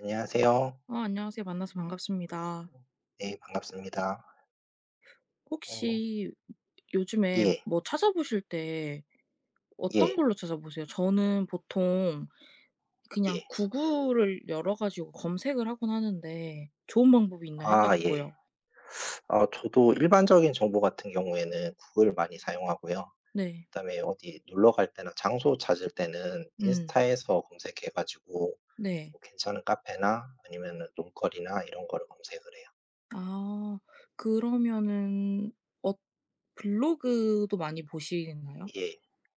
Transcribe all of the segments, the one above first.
안녕하세요. 아, 안녕하세요. 만나서 반갑습니다. 네, 반갑습니다. 어 혹시 요즘에 예. 뭐 찾아보실 때 어떤 예. 걸로 찾아보세요? 저는 보통 예. 그냥 구글을 열어 가지고 검색을 하곤 하는데 좋은 방법이 있나 해 아, 예. 가지고요. 저도 일반적인 정보 같은 경우에는 구글 많이 사용하고요. 네. 그다음에 어디 놀러 갈 때나 장소 찾을 때는 음. 인스타에서 검색해 가지고 네. 뭐 괜찮은 카페나 아니면 놀거리나 이런 거를 검색을 해요. 아. 그러면은 어 블로그도 많이 보시나요? 예.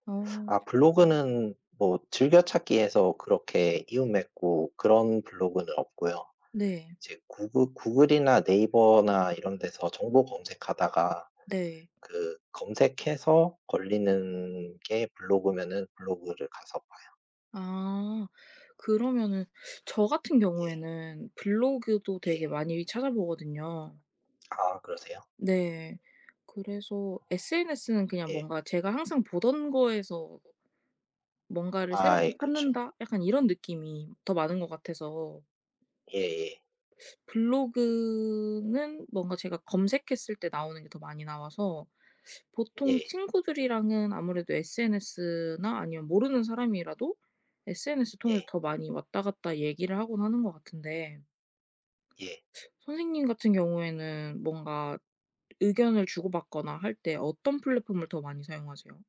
어. 아, 블로그는 뭐 즐겨찾기에서 그렇게 이웃 맺고 그런 블로그는 없고요. 네. 이제 구글이나 네이버나 이런 데서 정보 검색하다가 네. 그 검색해서 걸리는 게 블로그면은 블로그를 가서 봐요. 아. 그러면은 저 같은 예. 경우에는 블로그도 예. 되게 많이 찾아보거든요. 아, 그러세요? 네. 그래서 SNS는 그냥 예. 뭔가 제가 항상 보던 거에서 뭔가를 아, 네. 새롭게 예, 네. 그쵸. 찾는다? 약간 이런 느낌이 더 많은 것 같아서 예예. 블로그는 뭔가 제가 검색했을 때 나오는 게 더 많이 나와서, 보통 예. 친구들이랑은 아무래도 SNS나 아니면 모르는 사람이라도 SNS 통해서 예. 더 많이 왔다 갔다 얘기를 하곤 하는 것 같은데, 예. 선생님 같은 경우에는 뭔가 의견을 주고받거나 할 때 어떤 플랫폼을 더 많이 사용하세요?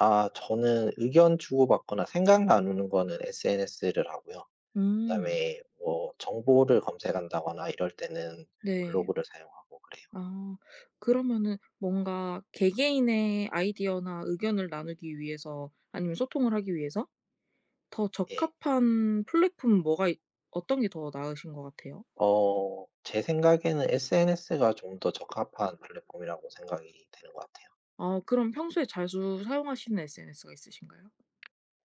아, 저는 의견 주고받거나 생각 나누는 거는 SNS를 하고요. 음. 그다음에 뭐 정보를 검색한다거나 이럴 때는 네. 블로그를 사용하고 그래요. 아. 그러면은 뭔가 개개인의 아이디어나 의견을 나누기 위해서, 아니면 소통을 하기 위해서 더 예. 적합한 플랫폼 뭐가 있 어떤 게 더 나으신 것 같아요? 어, 제 생각에는 SNS가 좀 더 적합한 플랫폼이라고 생각이 되는 것 같아요. 아, 그럼 평소에 자주 사용하시는 SNS가 있으신가요?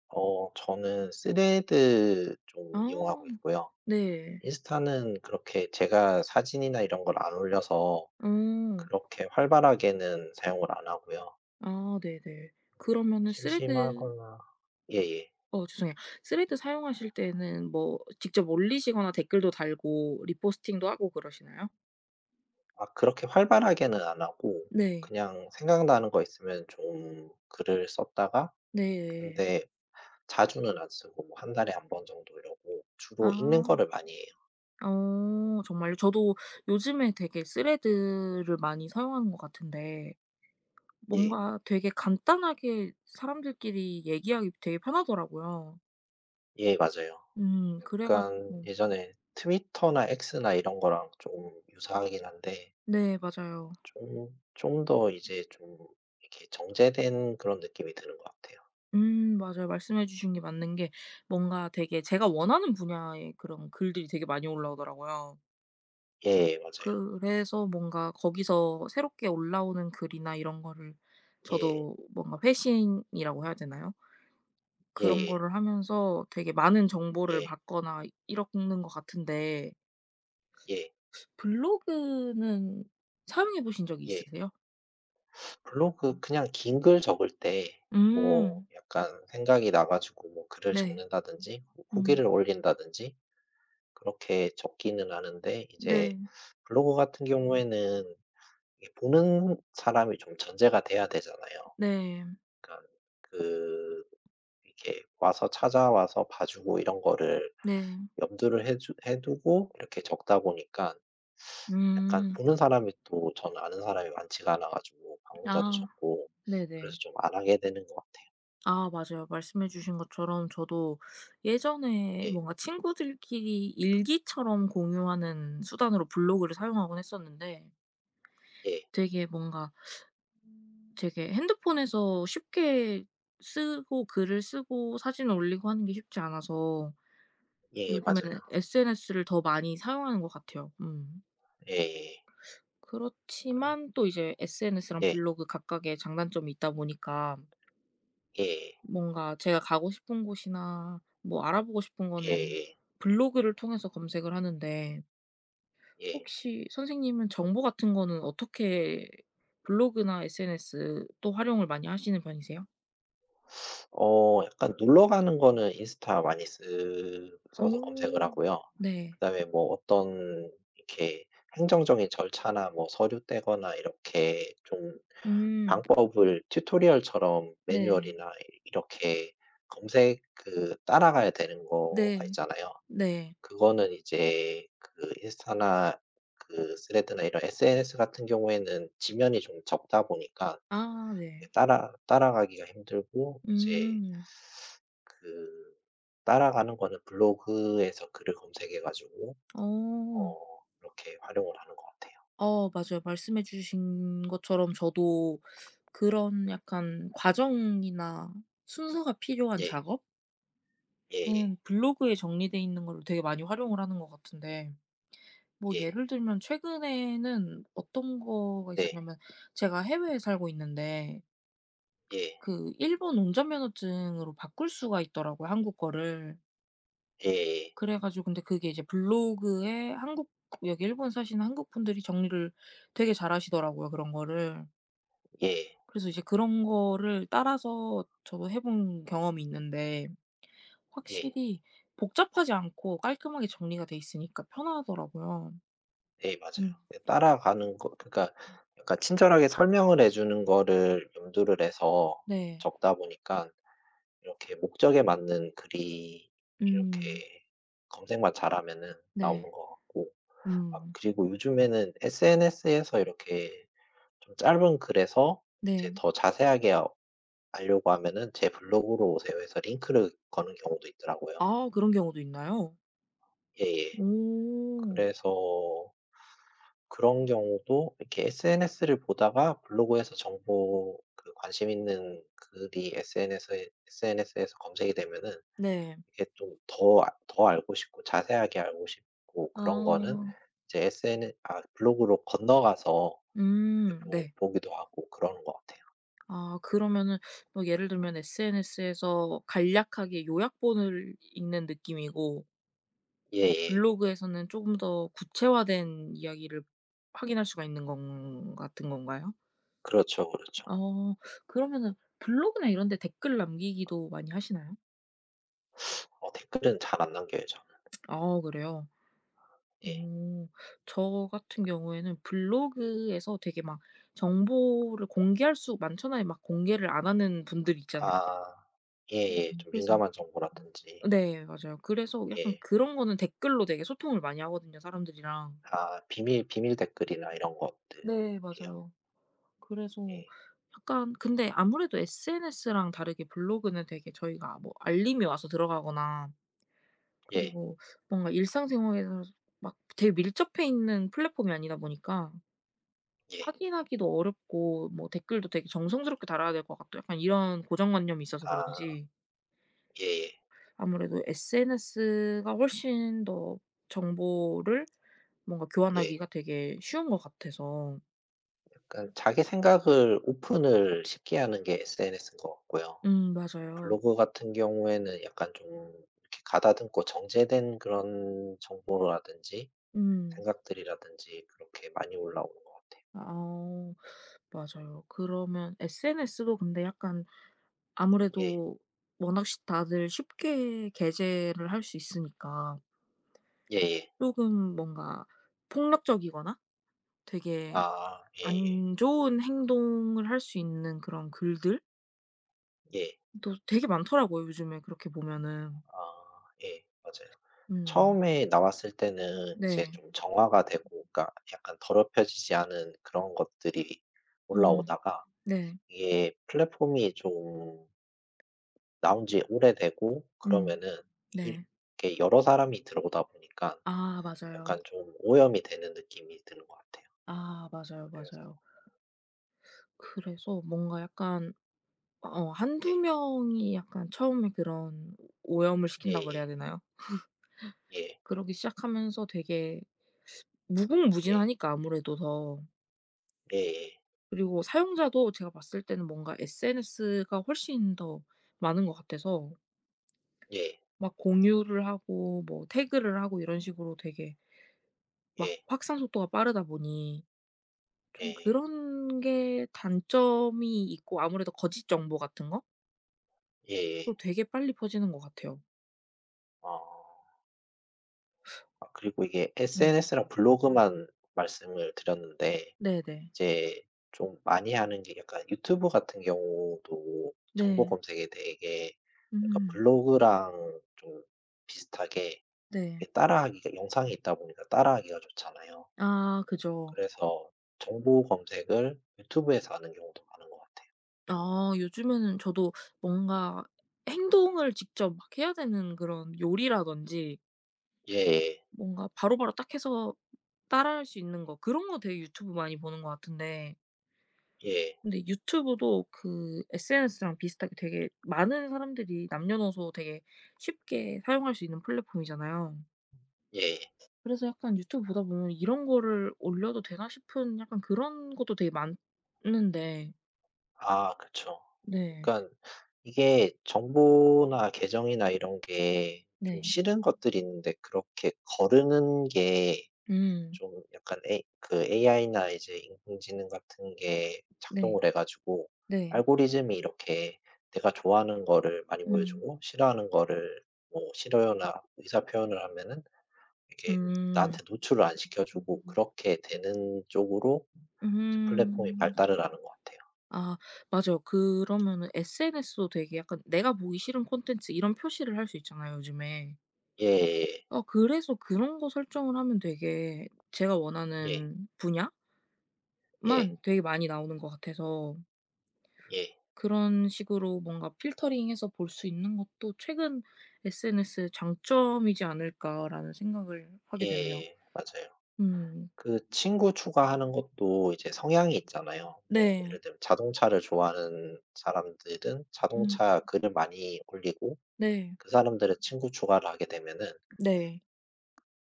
어, 저는 스레드 좀 아. 이용하고 있고요. 네. 인스타는 그렇게 제가 사진이나 이런 걸 안 올려서 어. 그렇게 활발하게는 사용을 안 하고요. 아, 네네. 그러면은 스레드 심심하거나 예예. 어 죄송해요. 스레드 사용하실 때는 뭐 직접 올리시거나 댓글도 달고 리포스팅도 하고 그러시나요? 막 그렇게 활발하게는 안 하고 네. 그냥 생각나는 거 있으면 좀 글을 썼다가 네. 근데 자주는 안 쓰고 뭐 달에 한 번 정도 이러고 주로 읽는 아. 거를 많이. 어, 정말요? 저도 요즘에 되게 스레드를 많이 사용하는 것 같은데, 예. 뭔가 되게 간단하게 사람들끼리 얘기하기 되게 편하더라고요. 예, 맞아요. 음, 그래 약간 가지고. 예전에 트위터나 엑스나 이런 거랑 좀 유사하긴 한데 네, 맞아요. 좀 더 이제 좀 이렇게 정제된 그런 느낌이 드는 것 같아요. 음, 맞아요. 말씀해 주신 게 맞는 게, 뭔가 되게 제가 원하는 분야의 그런 글들이 되게 많이 올라오더라고요. 예, 맞아요. 그래서 뭔가 거기서 새롭게 올라오는 글이나 이런 거를 예. 저도 뭔가 회신이라고 해야 되나요? 예 그런 예. 거를 하면서 되게 많은 예. 정보를 예. 받거나 이러는 것 같은데, 예. 블로그는 사용해 보신 적이 예. 있으세요? 블로그 음. 그냥 긴 글 적을 때 뭐 음. 약간 생각이 나 가지고 뭐 글을 네. 적는다든지 후 음. 후기를 올린다든지 그렇게 적기는 하는데 이제 네. 블로그 같은 경우에는 이게 보는 사람이 좀 전제가 돼야 되잖아요. 네. 그러니까 그 이렇게 와서 찾아와서 봐 주고 이런 거를 네. 염두를 해주 해 두고 이렇게 적다 보니까 약간 음. 보는 사람이 또 저는 아는 사람이 많지가 않아 가지고 방문자도 아, 적고 그래서 네네. 좀 안 하게 되는 것 같아요. 아, 맞아요. 말씀해 주신 것처럼 저도 예전에 예. 뭔가 친구들끼리 일기처럼 공유하는 수단으로 블로그를 사용하곤 했었는데, 예. 되게 뭔가 되게 핸드폰에서 쉽게 쓰고, 글을 쓰고 사진을 올리고 하는 게 쉽지 않아서 예, 요즘에는 맞아요. SNS를 더 많이 사용하는 것 같아요. 음. 예 그렇지만 또 이제 SNS랑 예. 블로그 각각의 장단점이 있다 보니까 예 예. 뭔가 제가 가고 싶은 곳이나 뭐 알아보고 싶은 예 예. 거는 예. 블로그를 통해서 검색을 하는데, 예. 혹시 선생님은 정보 같은 거는 어떻게 블로그나 SNS 또 활용을 많이 하시는 편이세요? 어, 약간 놀러 가는 거는 인스타 많이 쓰 써서 검색을 어. 하고요. 네. 그다음에 뭐 어떤 이렇게 행정적인 절차나 뭐 서류 떼거나 이렇게 좀 음. 방법을 튜토리얼처럼 네. 매뉴얼이나 이렇게 검색 그 따라가야 되는 거가 네. 있잖아요. 네. 그거는 이제 그 인스타나 그 스레드나 이런 SNS 같은 경우에는 지면이 좀 적다 보니까 아, 이게 네. 따라가기가 힘들고 이제 음. 그 따라가는 거는 블로그에서 글을 검색해 가지고 어. 어, 이렇게 활용을 하는 것 같아요. 어, 맞아요. 말씀해 주신 것처럼 저도 그런 약간 과정이나 순서가 필요한 예. 작업은 예 예. 블로그에 정리돼 있는 걸 되게 많이 활용을 하는 것 같은데, 뭐 예. 예를 들면 최근에는 어떤 거가 예, 네. 있었냐면, 제가 해외에 살고 있는데 예. 그 일본 운전면허증으로 바꿀 수가 있더라고요, 한국 거를. 예예. 그래 가지고, 근데 그게 이제 블로그에 한국, 여기 일본 사시는 한국 분들이 정리를 되게 잘하시더라고요, 그런 거를. 예. 예. 그래서 이제 그런 거를 따라서 저도 해본 경험이 있는데 예 확실히 복잡하지 않고 깔끔하게 정리가 돼 있으니까 편하더라고요. 예, 맞아요. 음. 예, 따라가는 거 그러니까 약간 친절하게 설명을 해 주는 거를 염두를 해서 네. 적다 보니깐 이렇게 목적에 맞는 글이 음. 이렇게 검색만 잘하면은 나오는 네. 것 같고, 아 음. 그리고 요즘에는 SNS에서 이렇게 좀 짧은 글에서 이제 네. 더 자세하게 알려고 하면은 "제 블로그로 오세요." 해서 링크를 거는 경우도 있더라고요. 아, 그런 경우도 있나요? 예예. 오. 그래서 그런 경우도 이렇게 SNS를 보다가 블로그에서 정보 그 관심 있는 글이 SNS에서 검색이 되면은 네. 이게 좀 더 더 알고 싶고 자세하게 알고 싶고 그런 거는 아. 이제 SN 아 블로그로 건너가서 이렇게 음. 보 네. 보기도 하고 그러는 것 같아요. 아, 그러면은 뭐 예를 들면 SNS에서 간략하게 요약본을 읽는 느낌이고 예예. 블로그에서는 조금 더 구체화된 이야기를 확인할 수가 있는 건 같은 건가요? 그렇죠, 그렇죠. 어, 그러면은 블로그나 이런 데 댓글 남기기도 많이 하시나요? 어, 댓글은 잘 안 남겨요 저는. 아, 그래요? 예. 어, 저 같은 경우에는 블로그에서 되게 막 정보를 공개할 수 많잖아요. 막 공개를 안 하는 분들 있잖아요. 아, 예예. 음. 좀 그래서 민감한 정보라든지. 네, 맞아요. 그래서 약간 예. 그런 거는 댓글로 되게 소통을 많이 하거든요, 사람들이랑. 아, 비밀 댓글이나 이런 네, 것들이요. 맞아요. 그래서 예. 약간 근데 아무래도 SNS랑 다르게 블로그는 되게 저희가 뭐 알림이 와서 들어가거나, 예. 그리고 뭔가 일상생활에서 막 되게 밀접해 있는 플랫폼이 아니다 보니까 예. 확인하기도 어렵고, 뭐 댓글도 되게 정성스럽게 달아야 될 것 같고 약간 이런 고정관념이 있어서 아, 그런지 예 예. 아무래도 SNS가 훨씬 더 정보를 뭔가 예. 예. 교환하기가 되게 쉬운 것 같아서. 약간 자기 생각을 오픈을 쉽게 하는 게 SNS인 것 같고요. 음, 맞아요. 블로그 같은 경우에는 약간 좀 이렇게 가다듬고 정제된 그런 정보라든지 음. 생각들이라든지 그렇게 많이 올라오는 것 같아요. 아, 맞아요. 그러면 SNS도 근데 약간 예. 아무래도 워낙 쉽 다들 쉽게 게재를 할 수 있으니까 예예. 조금 뭔가 폭력적이거나 되게 아, 예예. 안 좋은 행동을 할 수 있는 그런 글들도 예. 예. 되게 많더라고요, 요즘에 그렇게 보면은. 아, 예. 맞아요. 음. 처음에 나왔을 때는 이제 네. 좀 정화가 되고 그러니까 약간 더럽혀지지 않은 그런 것들이 음. 올라오다가 네. 이게 플랫폼이 좀 나온 지 오래되고 음. 그러면은 이 네. 이렇게 여러 사람이 들어오다 보니까 아, 맞아요. 약간 좀 오염이 되는 느낌이 드는 것 같아요. 아, 맞아요, 그래서 맞아요. 그래서 뭔가 약간 한두 네. 명이 약간 처음에 그런 오염을 시킨다고 예예. 그래야 되나요? 예. 그러기 시작하면서 되게 예. 무궁무진하니까 아무래도 더. 예 예. 그리고 사용자도 제가 봤을 때는 뭔가 SNS가 훨씬 더 많은 것 같아서 예. 막 공유를 하고 뭐 태그를 하고 이런 식으로 되게 막 예. 확산 속도가 빠르다 보니 예 좀 예. 그런 게 단점이 있고, 아무래도 거짓 정보 같은 거? 예예. 또 되게 빨리 퍼지는 것 같아요. 어. 아 그리고 이게 네. SNS랑 블로그만 말씀을 드렸는데 네네. 이제 좀 많이 하는 게 약간 유튜브 같은 경우도 정보 네. 검색에 되게 약간 음. 블로그랑 좀 비슷하게 네. 이게 따라하기가 영상이 있다 보니까 따라하기가 좋잖아요. 아, 그죠. 그래서 정보 검색을 유튜브에서 하는 경우도 많은 것 같아요. 아, 요즘에는 저도 뭔가 행동을 직접 막 해야 되는 그런 요리라든지 예 뭔가 바로바로 딱 해서 따라할 수 있는 거, 그런 거 되게 유튜브 많이 보는 것 같은데, 예. 근데 유튜브도 그 SNS랑 비슷하게 되게 많은 사람들이 남녀노소 되게 쉽게 사용할 수 있는 플랫폼이잖아요. 예예. 그래서 약간 유튜브 보다 보면 '이런 거를 올려도 되나?' 싶은 약간 그런 것도 되게 많은데. 아, 그쵸. 그 네. 러니까 이게 정보나 계정이나 이런 게 좀 네. 싫은 것들이 있는데 그렇게 거르는 게 음. 좀 약간 에이 그 AI나 이제 인공지능 같은 게 네. 작동을 해 가지고 네. 알고리즘이 이렇게 내가 좋아하는 거를 많이 음. 보여주고 싫어하는 거를 뭐 싫어요나 의사 표현을 하면은 이게 나한테 음. 노출을 안 시켜 주고 그렇게 되는 쪽으로 이제 플랫폼이 음. 발달을 하는 것 같아요. 아, 맞아요. 그러면은 SNS도 되게 약간 내가 보기 싫은 콘텐츠 이런 표시를 할 수 있잖아요, 요즘에. 예 어, 그래서 그런 거 설정을 하면 되게 제가 예. 원하는 예. 분야만 되게 많이 나오는 것 같아서 예. 그런 식으로 뭔가 필터링해서 볼 수 있는 것도 '최근 SNS의 장점이지 않을까.'라는 생각을 하게 되네요. 예예. 맞아요. 음. 그 친구 추가하는 것도 이제 성향이 있잖아요. 뭐 네. 예를 들면 자동차를 좋아하는 사람들은 음. 자동차 글을 많이 올리고 네. 그 사람들의 친구 추가를 하게 되면은 네.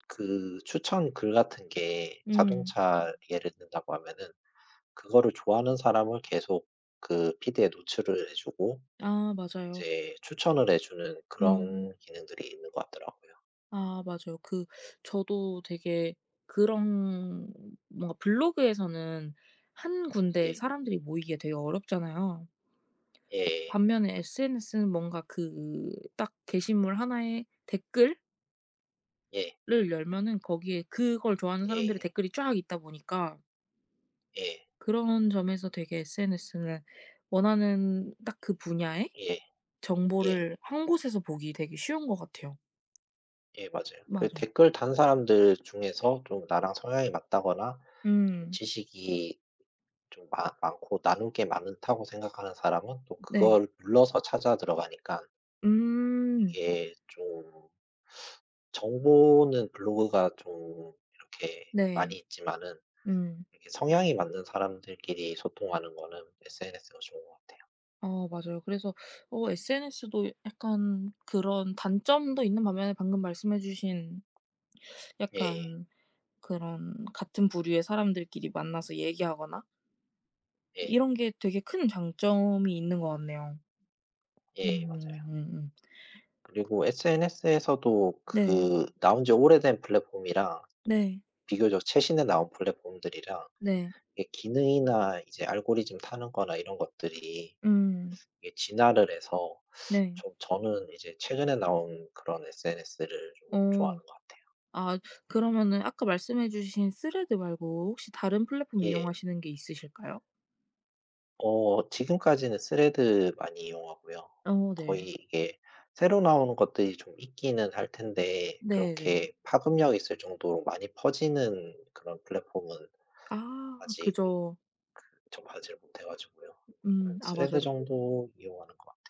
그 추천 글 같은 게 음. 자동차 예를 든다고 하면은 그거를 좋아하는 사람을 계속 그 피드에 노출을 해 주고 아, 맞아요. 이제 추천을 해 주는 그런 음. 기능들이 있는 것 같더라고요. 아, 맞아요. 그, 저도 되게 그런 뭔가 블로그에서는 한 군데 예. 사람들이 모이기가 되게 어렵잖아요. 예예. 반면에 SNS는 뭔가 그 딱 게시물 하나에 댓글을 예. 열면은 거기에 그걸 좋아하는 사람들의 예. 댓글이 쫙 있다 보니까 예. 그런 점에서 되게 SNS는 원하는 딱 그 분야의 예. 예. 정보를 한 곳에서 보기 되게 쉬운 것 같아요. 예, 맞아요. 그 맞아요. 댓글 단 사람들 중에서 좀 나랑 성향이 맞다거나 좀 음. 지식이 좀 많 많고 나눌 게 많다고 생각하는 사람은 또 네. 그걸 눌러서 찾아 들어가니까 음. 이게 좀 정보는 블로그가 좀 이렇게 많이 네. 있지만은 음. 이렇게 성향이 맞는 사람들끼리 소통하는 거는 SNS가 좋은 것 같아요. 아, 맞아요. 그래서 SNS도 약간 그런 단점도 있는 반면에, 방금 말씀해 주신 예예. 약간 그런 같은 부류의 사람들끼리 만나서 얘기하거나 예. 이런 게 되게 큰 장점이 있는 것 같네요. 예, 맞아요. 음음음. 그리고 SNS에서도 네. 그 나온 지 오래된 플랫폼이랑 네. 비교적 최신에 나온 플랫폼들이랑 네. 이게 기능이나 이제 알고리즘 타는 거나 이런 것들이 음. 이게 진화를 해서 네. 좀 저는 이제 최근에 나온 그런 SNS를 좀 어. 좋아하는 것 같아요. 아, 그러면은 아까 말씀해 주신 스레드 말고 혹시 다른 플랫폼 예. 이용하시는 게 있으실까요? 어, 지금까지는 스레드 많이 이용하고요. 어. 거의 네. 이게 새로 나오는 것들이 좀 있기는 할 텐데 네네. 그렇게 파급력 있을 정도로 많이 퍼지는 그런 플랫폼은 아, 아직 그죠. 접하지를 못해 가지고요. 음. 아, 스레드 맞아요. 정도 이용하는 것 같.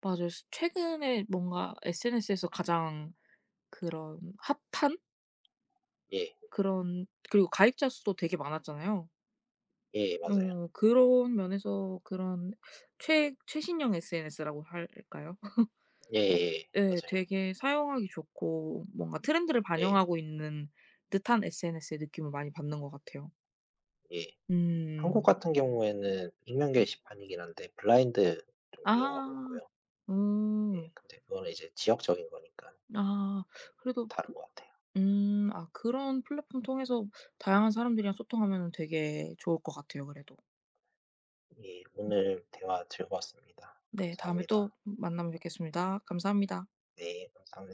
맞아요. 스 최근에 뭔가 SNS에서 가장 그런 핫한 예. 그런, 그리고 가입자 수도 되게 많았잖아요. 예, 맞아요. 어, 그런 면에서 그런 최 최신형 SNS라고 할까요? 예예예. 예. 맞아요. 되게 사용하기 좋고 뭔가 트렌드를 예. 반영하고 있는 듯한 SNS의 느낌을 많이 받는 것 같아요. 예. 한국 음. 같은 경우에는 익명 게시판이긴 한데 블라인드 좀 이용하고 아. 있고요. 어. 예, 근데 그거는 이제 지역적인 거니까 아. 좀 그래도 다른 것 같아요. 아, 그런 플랫폼 통해서 다양한 사람들이랑 소통하면은 되게 좋을 것 같아요, 그래도. 예. 오늘 대화 즐거웠습니다. 네. 다음에 또 감사합니다. 만나면 뵙겠습니다. 감사합니다. 네, 감사합 니다